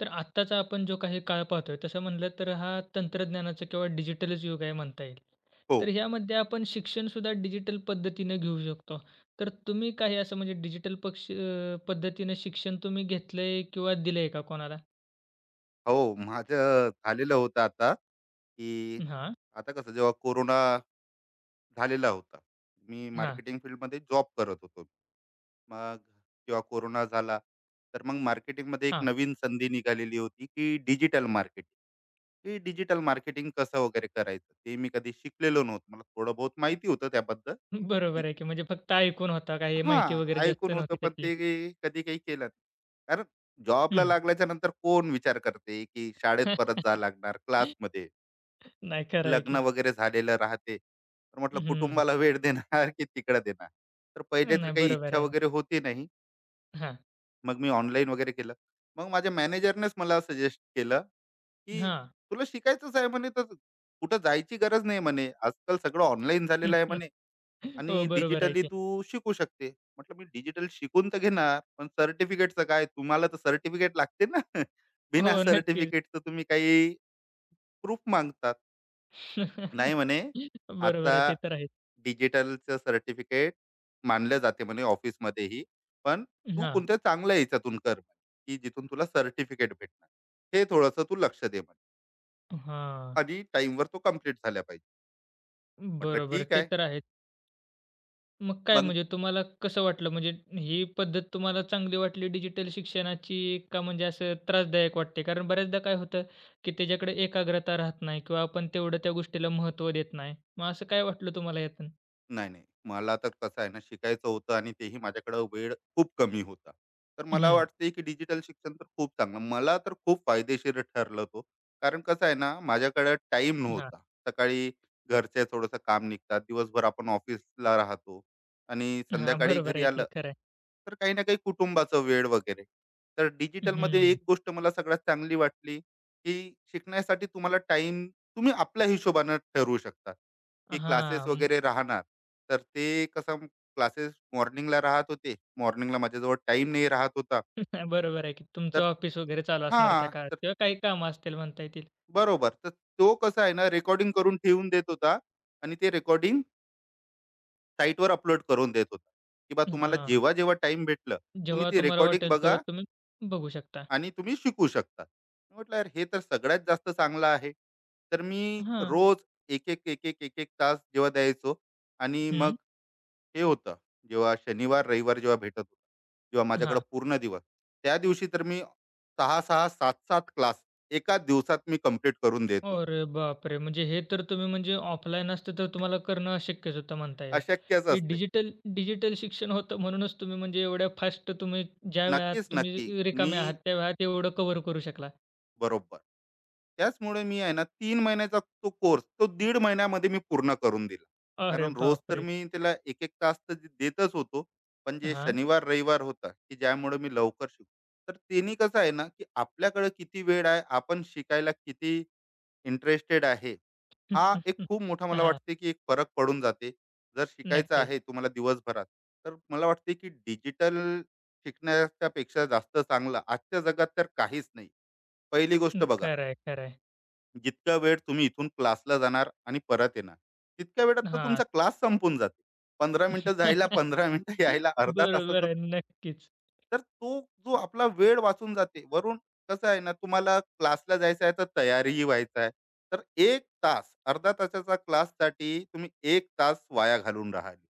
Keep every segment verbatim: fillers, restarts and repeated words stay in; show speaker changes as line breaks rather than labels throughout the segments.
तर आत्ताचा आपण जो काही काळ पाहतोय, तसं म्हटलं तर हा तंत्रज्ञानाचा किंवा डिजिटलच युग आहे म्हणता येईल.
हो.
तर ह्यामध्ये आपण शिक्षणसुद्धा डिजिटल पद्धतीने घेऊ शकतो. तर तुम्ही काही असं म्हणजे डिजिटल पक्ष अ, पद्धतीने शिक्षण तुम्ही घेतलंय किंवा दिलंय का कोणाला?
हो, माझं झालेलं होतं आता, की
हां,
आता कसं जेव्हा कोरोना झालेला होता. मी
हां,
मार्केटिंग फील्डमध्ये जॉब करत होतो. मग जेव्हा कोरोना झाला, तर मग मार्केटिंगमध्ये एक
हां.
नवीन संधी निघालेली होती, की डिजिटल मार्केटिंग. की डिजिटल मार्केटिंग कसं वगैरे करायचं, ते मी कधी शिकलेलो नव्हतं. मला थोडं बहुत माहिती होतं त्याबद्दल, की
बरोबर आहे की म्हणजे फक्त ऐकून होता, काही माहिती
हां,
वगैरे जास्त
ऐकून होतं
नव्हती
पण
त्यातली.
ते काही- कधी काही केलं नाही. कारण जॉबला
हं.
लागल्याच्या नंतर कोण विचार करते, की शाळेत परत जावं लागणार, क्लासमध्ये,
नाही, खरं आहे
लग्न
की.
वगैरे झालेलं राहते. तर म्हटलं
हं.
कुटुंबाला वेळ देणार की तिकडे देणार? तर पहिले तर
नाही,
काही
बरोबर
इच्छा
आहे ना.
वगैरे होती नाही.
हां,
मग मी ऑनलाईन वगैरे केलं. मग माझ्या मॅनेजरनेच मला सजेस्ट केलं, की
हां.
"तुला शिकायचंच आहे म्हणे तर कुठं जायची गरज नाही म्हणे. आजकाल सगळं ऑनलाईन झालेलं आहे म्हणे.
हो,
आणि
बरोबर आहे
डिजिटली
की.
तू शिकू शकते. म्हटलं मी डिजिटल शिकून तर घेणार, पण सर्टिफिकेटचं काय? तुम्हाला तर सर्टिफिकेट लागते ना.
हो,
बिना
नक्कीच.
सर्टिफिकेटचं तुम्ही काही प्रूफ मागतात. नाही म्हणे,
बरोबर
आता
आहे. ते तर आहेच.
डिजिटलचं सर्टिफिकेट मानलं जाते म्हणे ऑफिसमध्येही. पण तू
हां,
कोणत्या चांगल्या याच्यातून कर, म्हणे, की जिथून तुला सर्टिफिकेट भेटणार. हे थोडंसं तू लक्ष दे म्हणे
हां.
आणि टाईमवर तो कंप्लीट झाला पाहिजे. म्हटलं
बरोबर.
ठीक
ते
आहे.
तर आहेच. मग काय
मग
म्हणजे तुम्हाला कसं वाटलं? म्हणजे ही पद्धत तुम्हाला चांगली वाटली डिजिटल शिक्षणाची का म्हणजे असं त्रासदायक वाटते? कारण बऱ्याचदा काय होतं, की त्याच्याकडे एकाग्रता राहत नाही किंवा आपण तेवढं त्या गोष्टीला महत्त्व देत नाही. मग असं काय वाटलं तुम्हाला यातून?
नाही, नाही. मला तर कसं आहे ना, शिकायचं होतं आणि तेही माझ्याकडं वेळ खूप कमी होता. तर मला
हं.
वाटतंय की डिजिटल शिक्षण तर खूप चांगलं. मला तर खूप फायदेशीर ठरलं तो. कारण कसं आहे ना, माझ्याकडं टाईम
हां.
नव्हता. सकाळी घरचे थोडंसं काम निघतात. दिवसभर आपण ऑफिसला राहतो आणि
हां.
संध्याकाळी
बरोबर
घरी
आहे
आलं,
की, खरं आहे.
तर काही ना काही कुटुंबाचं वेळ वगैरे. तर डिजिटलमध्ये
हं.
एक गोष्ट मला सगळ्यात चांगली वाटली, की शिकण्यासाठी तुम्हाला टाईम तुम्ही आपल्या हिशोबानं ठरवू शकता. की क्लासेस
हां.
वगैरे राहणार तर ते कसं क्लासेस मॉर्निंगला राहत होते मॉर्निंगला माझ्याजवळ टाइम नाही राहत होता
बरोबर आहे की
तर
तुमचं ऑफिस वगैरे चालू असणार त्या
हां
काळात
तर
किंवा काही कामं असतील म्हणता येतील.
बरोबर तर तो कसा आहे ना रेकॉर्डिंग करून ठेवून देत होता आणि ते रेकॉर्डिंग साईटवर अपलोड करून देत होता की बा तुम्हाला
हां.
जेव्हा जेव्हा टाइम भेटलं तुम्ही
जेव्हा
ती
तुम्हाला
रेकॉर्डिंग
वाटेल तेव्हा
बघा
तुम्ही बघू शकता.
आणि तुम्ही शिकू शकता मी म्हटलं यार हे तर सगळ्यात जास्त चांगलं आहे तर मी
हां.
रोज एक एक एक एक एक एक तास जेव्हा द्यायचो आणि मग
हं.
हे होतं जेव्हा शनिवार रविवार जेव्हा भेटत होता जेव्हा माझ्याकडे
हां.
पूर्ण दिवस त्या दिवशी तर मी सहा सहा सात सात क्लास एका दिवसात मी कम्प्लीट करून देत होतो
अरे बापरे! म्हणजे हे तर तुम्ही म्हणजे ऑफलाईन असतं तर तुम्हाला करणं अशक्यच होतं म्हणता येईल.
अशक्यच
हे
असते
डिजिटल डिजिटल शिक्षण होतं म्हणूनच तुम्ही म्हणजे एवढ्या फास्ट तुम्ही ज्या वेळात
नक्कीच
तुम्ही
नक्की मी
रिकामे आहात त्या वेळात एवढं कव्हर करू शकला.
बरोबर त्याचमुळे मी आहे ना तीन महिन्याचा तो कोर्स, तो दीड महिन्यामध्ये मी पूर्ण करून दिला.
अरे
कारण रोज तर
बापरे!
मी त्याला एक 1 तास तर दे- देतच होतो. पण जे
हां.
शनिवार, रविवार होता, की ज्यामुळे मी लवकर शिकलो. तर त्यांनी कसं आहे ना, की आपल्याकडे किती वेळ आहे, आपण शिकायला किती इंटरेस्टेड आहे, हा एक खूप मोठा मला
हां.
वाटते, की एक फरक पडून जाते. जर शिकायचं आहे
नक्कीच.
तुम्हाला दिवसभरात, तर मला वाटते, की डिजिटल शिकण्याच्यापेक्षा जास्त चांगलं आजच्या जगात तर काहीच नाही. पहिली गोष्ट बघा,
खरं आहे, खरं आहे.
जितका वेळ तुम्ही इथून क्लासला जाणार आणि परत येणार तितक्या वेळात तर तुमचा
हां.
क्लास संपून जाते पंधरा मिनिटं जायला पंधरा मिनिटं यायला अर्धा तासाचा
बरोबर
तर
आहे. नक्कीच.
तर तो जो आपला वेळ वाचून जाते वरून कसं आहे ना तुम्हाला क्लासला जायचं आहे तर तयारीही व्हायचं आहे तर एक तास अर्धा तासाचा क्लाससाठी तुम्ही एक तास वाया घालून राहिले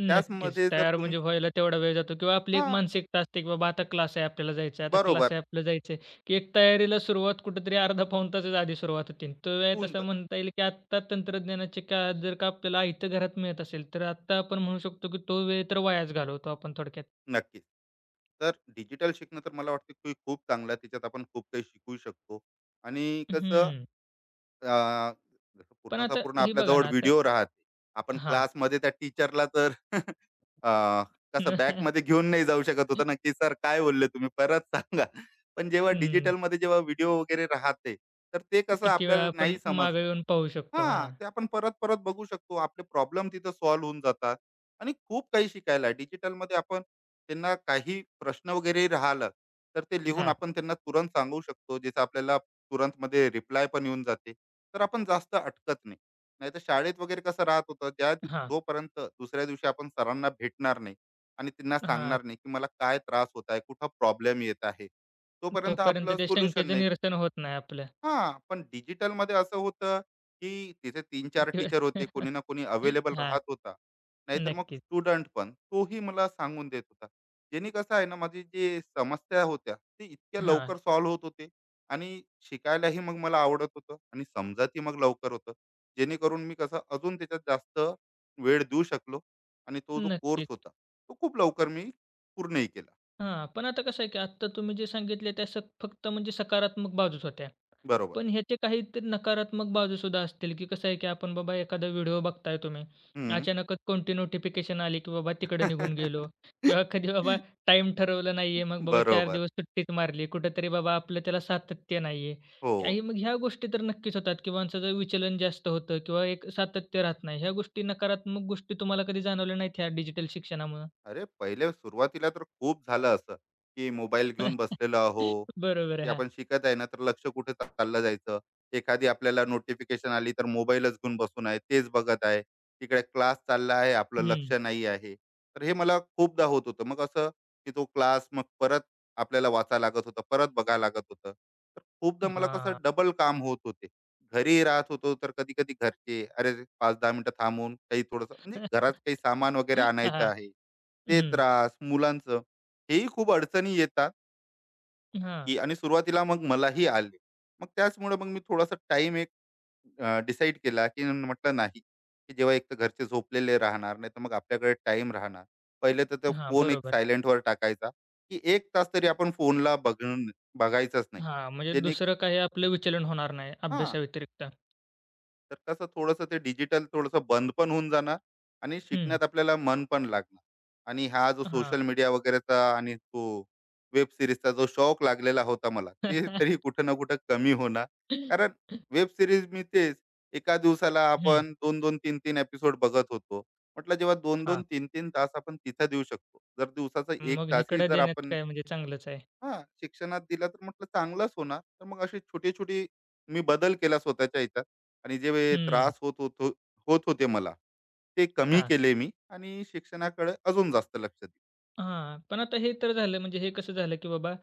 नक्कीच.
त्याचमध्ये जर
तयार
तुम्ही
म्हणजे व्हायला तेवढा वेळ जातो किंवा आपली
हा
एक मानसिकता असते, की बाबा आता क्लास आहे आपल्याला जायचं आहे, आता क्लास
बरोबर
आहे आपल्याला जायचं आहे, की एक तयारीला सुरुवात कुठेतरी अर्धा पाऊण तासाच्या आधी सुरुवात होते. तो वेळ
होऊन
तसा
जात
म्हणता येईल, की आत्ता तंत्रज्ञानाच्या काळात जर का आपल्याला आयतं घरात मिळत असेल, तर आत्ता आपण म्हणू शकतो, की तो वेळ तर वायाच घालवतो आपण थोडक्यात.
नक्कीच. तर डिजिटल शिकणं तर मला वाटतं की खूप चांगलं आहे. त्याच्यात आपण खूप काही शिकू शकतो आणि कसं,
हं.
अ, जसं
पण
पूर्णचा
आता
पूर्ण
हे बघा ना
आपल्याजवळ
आता
व्हिडिओ राहते. आपण
हां.
क्लासमध्ये त्या टीचरला तर अ, कसं बॅगमध्ये घेऊन नाही जाऊ शकत होतो ना, की "सर काय बोलले तुम्ही परत सांगा." पण जेव्हा
हं.
डिजिटलमध्ये जेव्हा व्हिडिओ वगैरे राहते, तर ते कसं
किती वेळा
आपल्याला
आपण
नाही
मागे
समजलं
येऊन पाहू शकतो.
हा
हां.
ते आपण परत-परत बघू शकतो. आपले प्रॉब्लेम तिथं सॉल्व्ह होऊन जातात आणि खूप काही शिकायला आहे. डिजिटलमध्ये आपण त्यांना काही प्रश्न वगैरे राहिलं, तर ते लिहून
हां.
आपण त्यांना तुरंत सांगू शकतो. ज्याचा आपल्याला तुरंतमध्ये रिप्लाय पण येऊन जाते. तर आपण जास्त अटकत नाही नाहीतर शाळेत वगैरे कसं राहत होतं ज्या दिव-
हां.
जोपर्यंत दुसऱ्या दिवशी आपण सरांना भेटणार नाही आणि त्यांना
हां.
सांगणार नाही की मला काय त्रास होत आहे कुठं प्रॉब्लेम येत आहे तोपर्यंत
तोपर्यंत
आपलं
त्या
सोल्युशन
शंकेचं
नाही
निरसन होत नाही आपलं.
हां, पण डिजिटलमध्ये असं होतं, की तिथे तीन चार
किती वेळ?
टीचर होते. कोणी ना कोणी अवेलेबल
हा,
राहत होता. नाहीतर मग
नक्कीच.
स्टुडंट पण, तोही मला सांगून देत होता. ज्याने कसं आहे ना, माझी जी समस्या होत्या, ते इतक्या
हा,
लवकर सॉल्व्ह होत होते आणि शिकायलाही मग मला आवडत होतं आणि समजतही मग लवकर होतं. जेणेकरून मी कसं अजून त्याच्यात जास्त वेळ देऊ शकलो आणि तो जो कोर्स
नक्की.
होता, तो खूप लवकर मी पूर्णही केला.
हां, पण आता कसं आहे, की आत्ता तुम्ही जे सांगितले त्या सक फक्त म्हणजे सकारात्मक बाजूच होत्या.
बरोबर.
पण ह्याचे काहीतरी नकारात्मक बाजूसुद्धा असतील, की कसं आहे, की आपण बाबा एखादा व्हिडिओ बघताय तुम्ही.
हं.
अचानकच कोणती नोटिफिकेशन आली, की बाबा तिकडं निघून गेलो किंवा कधी बाबा टाईम ठरवलं नाहीये, मग बाबा चार
बरोबर.
दिवस सुट्टीच मारली. कुठेतरी बाबा आपलं त्याला सातत्य नाहीये.
हो.
काही मग ह्या गोष्टी तर नक्कीच होतात, की माणसाचं विचलन जास्त होतं किंवा एक सातत्य राहत नाही. ह्या गोष्टी नकारात्मक गोष्टी तुम्हाला कधी जाणवल्या नाहीत ह्या डिजिटल शिक्षणामुळं?
अरे पहिले सुरुवातीला तर खूप झालं असं की मोबाईल घेऊन बसलेलो आहो
बरोबर
की
आहे.
आपण शिकत आहे ना तर लक्ष कुठे चाललं जायचं एखादी आपल्याला नोटिफिकेशन आली तर मोबाईलच घेऊन बसून आहे तेच बघत आहे तिकडे क्लास चालला आहे आपलं लक्ष
हं,
नाही आहे तर हे मला खूपदा होत होतं मग असं की तो क्लास मग परत आपल्याला वाचा लागत होता परत बघा लागत होतं तर खूपदा मला कसं
हां.
डबल काम होत होते घरी राहत होतो तर कधी कधी घरचे अरे पाच दहा मिनिटं थांबून काही थोडंसं म्हणजे घरात काही सामान वगैरे आणायचं
हां,
आहे ते
हं,
त्रास, मुलांचं, हेही खूप अडचणी येतात,
हां,
की आणि सुरुवातीला मग मलाही आले. मग त्याचमुळे मग मी थोडासा टाइम एक अ, डिसाईड केला, की म्हटलं नाही, की जेव्हा एक तर घरचे झोपलेले राहणार, नाहीतर मग आपल्याकडे टाईम राहणार. पहिले तर तो
हां,
फोन एक
बरोबर.
सायलेंटवर टाकायचा, की एक तास तरी आपण फोनला बघून बघायचंच नाही.
हां, म्हणजे
ज्याने
दुसरं काही आपलं विचलन होणार नाही
हां,
अभ्यासाव्यतिरिक्त.
तर कसं थोडंसं ते डिजिटल थोडंसं बंद पण होऊन जाणार आणि
हं,
शिकण्यात आपल्याला मन पण लागणार आणि हा जो
हां.
सोशल मीडिया वगैरेचा आणि तो वेब सिरीजचा जो शौक लागलेला होता मला ते तरी कुठं ना कुठं कमी होणार कारण वेब सिरीज मी तेच एका दिवसाला
हं,
आपण दोन दोन तीन तीन एपिसोड बघत होतो म्हटलं जेव्हा दोन दोन
हां.
तीन तीन तास आपण तिथं देऊ शकतो जर दिवसाचा एक
मग
तासही
इकडं
जर
देण्यात
आपण
काय म्हणजे चांगलंच आहे.
हां, शिक्षणात दिला तर म्हटलं चांगलंच होणार. तर मग अशी छोटी-छोटी मी बदल केला स्वतःच्या ह्याच्यात आणि जे
हं,
त्रास होत होतो होत होते मला, ते कमी
हां.
केले मी आणि शिक्षणाकडे अजून जास्त लक्ष दिलं.
हां, पण आता हे तर झालं म्हणजे हे कसं झालं, की बाबा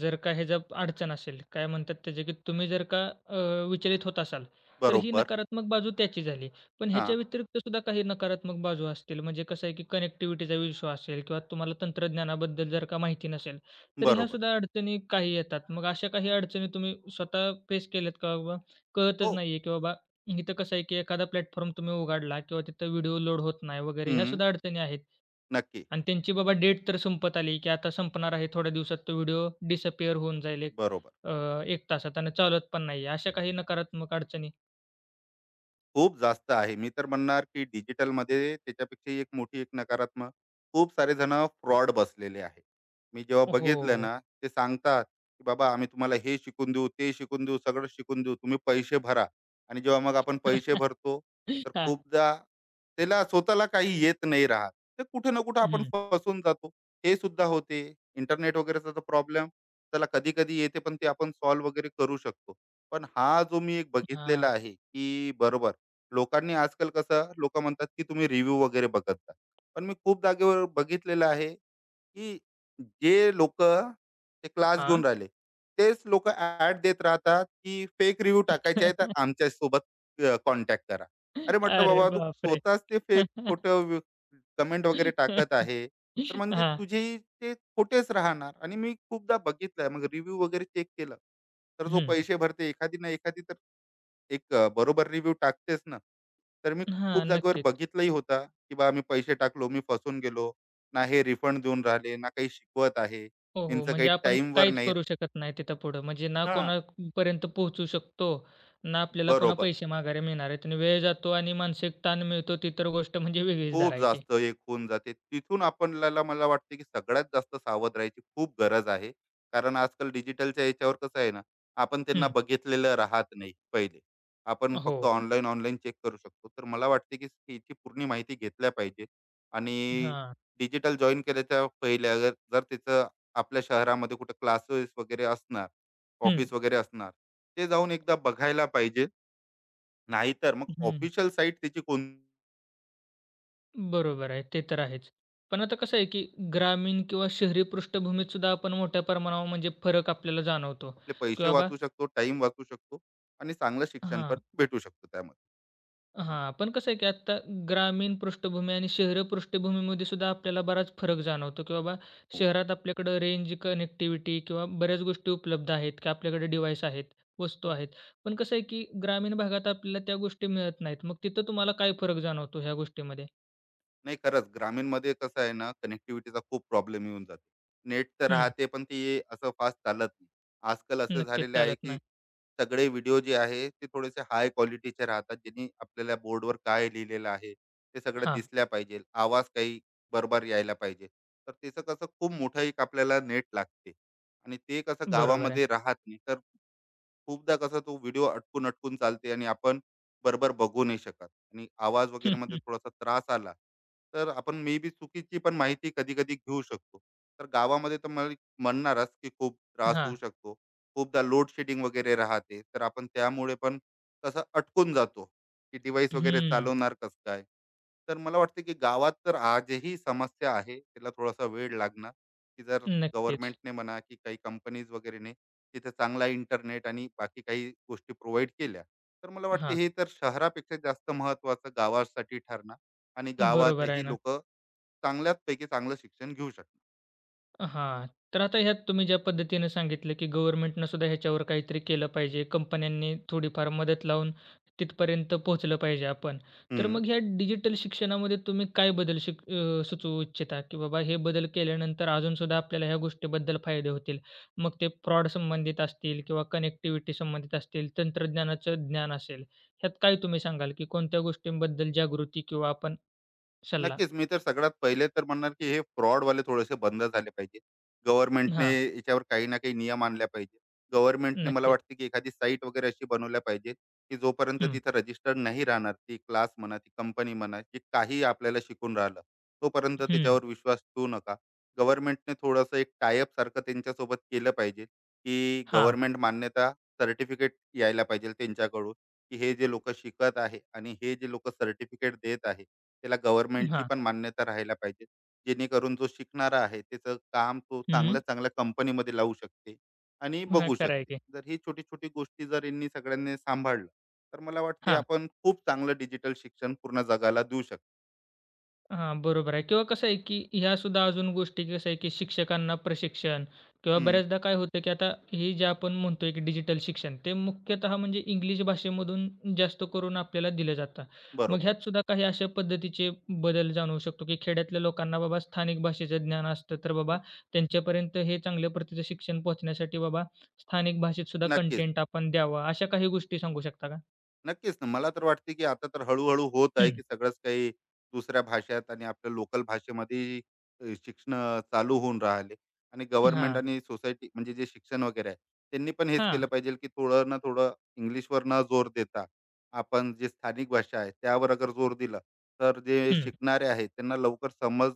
जर का ह्याच्या अडचण असेल, काय म्हणतात त्याचे, की तुम्ही जर का अ, विचलित होत असाल, तर ही
बरोबर.
नकारात्मक बाजू त्याची झाली. पण
हां,
ह्याच्या व्यतिरिक्त सुद्धा काही नकारात्मक बाजू असतील. म्हणजे कसं आहे, की कनेक्टिव्हिटीचा इश्यू असेल किंवा तुम्हाला तंत्रज्ञानाबद्दल जर का माहिती नसेल, तर ह्या
बरोबर.
सुद्धा अडचणी काही येतात. मग अशा काही अडचणी तुम्ही स्वतः फेस केल्यात का बाबा कळतच
हो.
नाहीये, की बाबा इथं कसं आहे, की एखादा प्लॅटफॉर्म तुम्ही उघडला किंवा तिथं व्हिडिओ लोड होत नाही वगैरे ह्या
हं,
सुद्धा अडचणी आहेत.
नक्की.
आणि त्यांची बाबा डेट तर संपत आली, की आता संपणार आहे. थोड्या दिवसात तो व्हिडिओ डिसअपिअर होऊन जाईल एक
बरोबर.
अ, एक तासात आणि चालत पण नाही आहे. अशा काही नकारात्मक अडचणी.
खूप जास्त आहे. मी तर म्हणणार की डिजिटलमध्ये त्याच्यापेक्षा एक मोठी एक नकारात्मक खूप सारे जण फ्रॉड बसलेले आहे. मी जेव्हा बघितलं
हो.
ना, ते सांगतात की "बाबा आम्ही तुम्हाला हे शिकून देऊ, ते शिकून देऊ, सगळं शिकून देऊ. तुम्ही पैसे भरा." आणि जेव्हा मग आपण पैसे भरतो, तर
हां.
खूपदा त्याला स्वतःला काही येत नाही राहत. तर कुठे ना कुठे आपण
हं.
फसून जातो. हे सुद्धा होते. इंटरनेट वगैरेचा तर प्रॉब्लेम त्याला कधी-कधी येते, पण ते आपण सॉल्व्ह वगैरे करू शकतो. पण हा जो मी एक बघितलेला
हां.
आहे, की बरोबर लोकांनी आजकाल कसं लोक म्हणतात की तुम्ही रिव्ह्यू वगैरे बघत जा. पण मी खूप जागेवर बघितलेलं आहे की जे लोक ते क्लास
हां.
घेऊन राहिले तेच लोक ऍड देत राहतात की फेक रिव्ह्यू टाकायचे आहे तर आमच्या सोबत कॉन्टॅक्ट करा अरे म्हटलं
अरे
बाबा तू
बापरे!
स्वतःच ते फेक खोटं कमेंट वगैरे टाकत आहे तर म्हणजे
हां.
तुझे ते खोटेच राहणार आणि मी खूपदा बघितलंय मग रिव्ह्यू वगैरे चेक केलं तर जो
हं.
पैसे भरते एखादी ना एखादी तर एक अ, बरोबर रिव्ह्यू टाकतेच ना. तर मी
हां.
खूप जागेवर
नक्कीच.
बघितलंही होता, की बा मी पैसे टाकलो, मी फसून गेलो. ना हे रिफंड देऊन राहिले, ना काही शिकवत आहे.
हो, हो.
यांचं काही
म्हणजे आपण
टाईमवर
काहीच
नाही
करू शकत नाही तिथं पुढं. म्हणजे ना
हां,
कोणापर्यंत पोहोचू शकतो, ना आपल्याला पुन्हा
बरोबर.
पैसे माघारी मिळणार आहेत आणि वेळ जातो आणि मानसिक ताण मिळतो, ती तर गोष्ट म्हणजे वेगळीच
खूप
धरायची.
जास्त एक होऊन जाते. तिथून आपल्याला मला वाटते, की सगळ्यात जास्त सावध राहायची खूप गरज आहे. कारण आजकाल डिजिटलच्या याच्यावर कसं आहे ना, आपण त्यांना
हं.
बघितलेलं राहत नाही पहिले. आपण
हो.
फक्त ऑनलाईन, ऑनलाईन चेक करू शकतो. तर मला वाटते, की याची पूर्ण माहिती घेतल्या पाहिजे आणि
हां.
डिजिटल जॉइन केल्याच्या पहिले अगर जर तिचं आपल्या शहरामध्ये कुठे क्लासेस वगैरे असणार,
हं.
ऑफिस वगैरे असणार, ते जाऊन एकदा बघायला पाहिजे. नाहीतर मग
हं.
ऑफिशियल साईट त्याची कोण
बरोबर आहे. ते तर आहेच. पण आता कसं आहे, की ग्रामीण किंवा शहरी पृष्ठभूमीत सुद्धा आपण मोठ्या प्रमाणावर म्हणजे फरक आपल्याला जाणवतो,
आपले
की
पैसे
बाबा
वाचू शकतो, टाइम वाचू शकतो आणि चांगलं शिक्षण
हां.
पण भेटू शकतो त्यामध्ये.
हां, पण कसं आहे, की आता ग्रामीण पृष्ठभूमी आणि शहरी पृष्ठभूमीमध्ये सुद्धा आपल्याला बराच फरक जाणवतो, की बाबा
हो.
शहरात आपल्याकडं रेंज, कनेक्टिव्हिटी किंवा बऱ्याच गोष्टी उपलब्ध आहेत, की आपल्याकडे डिव्हाइस आहेत, वस्तू
हो.
आहेत. पण कसं आहे, की ग्रामीण भागात आपल्याला त्या गोष्टी मिळत नाहीत. मग तिथं तुम्हाला काय फरक जाणवतो ह्या गोष्टीमध्ये?
नाही खरंच ग्रामीणमध्ये कसं आहे ना कनेक्टिव्हिटीचा खूप प्रॉब्लेम येऊन जातो. नेट तर
हं,
राहते पण ते असं फास्ट चालत नाही. आजकाल असं
नक्कीच
झालेलं आहे
चालत
की
नाही.
सगळे व्हिडिओ जे आहे ते थोडेसे हाय क्वालिटीचे राहतात. ज्यांनी आपल्याला बोर्डवर काय लिहिलेलं आहे ते सगळं
हां,
दिसल्या पाहिजे. आवाज काही बरोबर यायला पाहिजे. तर त्याचं कसं खूप मोठं एक आपल्याला नेट लागते आणि ते कसं
बरोबर आहे.
गावामध्ये राहत नाही तर खूपदा कसा तो व्हिडिओ अटकून अटकून चालते आणि आपण बरोबर बघू नाही शकत आणि आवाज वगैरे मध्ये थोडासा त्रास आला तर आपण मे बी चुकीची पण माहिती कधी कधी घेऊ शकतो तर गावामध्ये तर मला म्हणणारच की खूप त्रास
हां.
होऊ शकतो खूपदा लोड शेडिंग वगैरे राहते तर आपण त्यामुळे पण कसं अटकून जातो की डिव्हाइस वगैरे
हं,
चालवणार कसं काय तर मला वाटतं की गावात तर आजही समस्या आहे त्याला थोडासा वेळ लागणार की जर
नक्कीच.
गव्हर्नमेंटने म्हणा की काही कंपनीज वगैरेने तिथे चांगला इंटरनेट आणि बाकी काही गोष्टी प्रोव्हाइड केल्या तर मला वाटते
हां,
हे तर शहरापेक्षा जास्त महत्वाचं गावासाठी ठरणार आणि
बरोबर आहे
गावातही
ना.
लोक चांगल्याच पैकी चांगलं शिक्षण घेऊ
हां. तर आता ह्यात तुम्ही ज्या पद्धतीनं सांगितलं, की गव्हर्नमेंटनं सुद्धा ह्याच्यावर काहीतरी केलं पाहिजे. कंपन्यांनी थोडीफार मदत लावून तिथपर्यंत पोहोचलं पाहिजे आपण. तर
शकणार
मग ह्या डिजिटल शिक्षणामध्ये तुम्ही काय बदल शिक अ, सुचवू इच्छिता, की बाबा हे बदल केल्यानंतर अजून सुद्धा आपल्याला ह्या गोष्टीबद्दल फायदे होतील? मग ते फ्रॉड संबंधित असतील किंवा कनेक्टिव्हिटी संबंधित असतील, तंत्रज्ञानाचं ज्ञान असेल, ह्यात काय तुम्ही सांगाल, की कोणत्या गोष्टींबद्दल जागृती किंवा आपण सल्ला?
नक्कीच. मी तर सगळ्यात पहिले तर म्हणणार, की हे फ्रॉडवाले थोडेसे बंद झाले पाहिजे. गव्हर्नमेंटने
हां,
याच्यावर काही ना काही नियम आणल्या पाहिजे. गव्हर्नमेंटने मला
नक्कीच.
वाटते, की एखादी साईट वगैरे अशी बनवल्या पाहिजे, की जोपर्यंत
हं,
तिथं रजिस्टर्ड नाही राहणार, ती क्लास म्हणा, ती कंपनी म्हणा, की काही आपल्याला शिकून राहिलं, तोपर्यंत
हं.
त्याच्यावर विश्वास ठेवू नका. गव्हर्नमेंटने थोडंसं एक टाय सारखं त्यांच्यासोबत केलं पाहिजे, की
हां,
गव्हर्नमेंट मान्यता सर्टिफिकेट यायला पाहिजे त्यांच्याकडून, की हे जे लोकं शिकत आहे आणि हे जे लोकं सर्टिफिकेट देत आहे, त्याला गव्हर्नमेंटची
हां.
पण मान्यता राहायला पाहिजे जेणेकरून जो शिकणारा आहे त्याचं काम तो
हं.
चांगल्या चांगल्या कंपनीमध्ये लावू शकते आणि
हां,
बघू
खरं आहे
शकते
की.
जर ही छोटी छोटी गोष्टी जर यांनी सगळ्यांनी सांभाळलं तर मला वाटते
हां,
आपण खूप चांगलं डिजिटल शिक्षण पूर्ण जगाला देऊ शकतो
हां, बरोबर आहे किंवा कसं आहे की ह्यासुद्धा अजून गोष्टी कसं आहे की शिक्षकांना प्रशिक्षण किंवा
हम्म,
बऱ्याचदा काय होतं की आता हे जे आपण म्हणतोय की डिजिटल शिक्षण, ते मुख्यतः म्हणजे इंग्लिश भाषेमधून जास्त करून आपल्याला दिलं जातं. मग
बरोबर
ह्यातसुद्धा काही अशा पद्धतीचे बदल जाणवू शकतो की खेड्यातल्या लोकांना बाबा स्थानिक भाषेचं ज्ञान असतं, तर बाबा
हो,
त्यांच्यापर्यंत हे चांगल्या प्रतीचं शिक्षण पोहोचण्यासाठी बाबा स्थानिक भाषेतसुद्धा
नक्कीच
कंटेंट आपण द्यावा, अशा काही गोष्टी सांगू शकता का?
नक्कीच ना. मला तर वाटते, की आता तर हळू-हळू होत आहे,
हं.
की सगळंच काही दुसऱ्या भाषेत आणि आपल्या लोकल भाषेमध्ये अ, शिक्षणं चालू होऊन राहिले आणि गव्हर्नमेंट
हां,
आणि सोसायटी म्हणजे जे शिक्षण वगैरे आहे, त्यांनी पण हेच केलं
हां.
पाहिजे, की थोडं ना थोडं इंग्लिशवर न जोर देता, आपण जी स्थानिक भाषा आहे, त्यावर अगर जोर दिला, तर जे
हं.
शिकणारे आहेत, त्यांना लवकर समज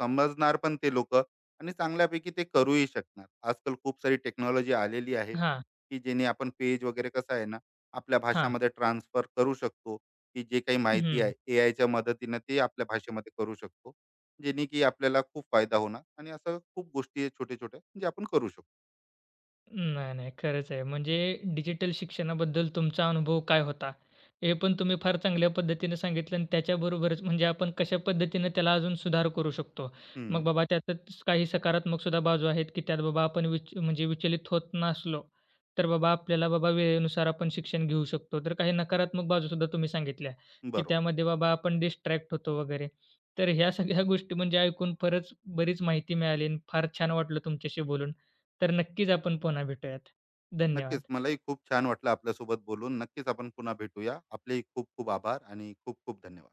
समजणार पण ते लोकं आणि चांगल्यापैकी ते करूही शकणार. आजकाल खूप सारी टेक्नॉलॉजी आलेली आहे,
हां,
की जेणे आपण पेज वगैरे कसं आहे ना आपल्या
हां.
भाषामध्ये ट्रान्सफर करू शकतो, की जे काही माहिती
हं.
आहे एआयच्या मदतीनं ते आपल्या भाषेमध्ये करू शकतो. जेणे की आपल्याला खूप फायदा होणार आणि असं खूप गोष्टी आहेत छोट्या-छोट्या जे आपण करू शकतो.
नाही, नाही. खरंच आहे. म्हणजे डिजिटल शिक्षणाबद्दल तुमचा अनुभव काय होता? हे पण तुम्ही फार चांगल्या पद्धतीने सांगितलं आणि त्याच्याबरोबरच म्हणजे आपण कशा पद्धतीने त्याला अजून सुधार करू शकतो.
हं,
मग बाबा त्यातच काही सकारात्मक सुद्धा बाजू आहेत, की त्यात बाबा आपण विच म्हणजे विचलित होत नसलो, तर बाबा आपल्याला बाबा वेळेनुसार आपण शिक्षण घेऊ शकतो. तर काही नकारात्मक बाजूसुद्धा तुम्ही सांगितल्या, की
बरोबर.
त्यामध्ये बाबा आपण डिस्ट्रॅक्ट होतो वगैरे. तर ह्या सगळ्या गोष्टी म्हणजे ऐकून फारच बरीच माहिती मिळाली आणि फार छान वाटलं तुमच्याशी बोलून. तर नक्कीच आपण पुन्हा भेटूयात. धन्यवाद.
नक्कीच मलाही खूप छान वाटलं आपल्यासोबत बोलून. नक्कीच आपण पुन्हा भेटूया. आपलेही खूप खूप आभार आणि खूप खूप धन्यवाद.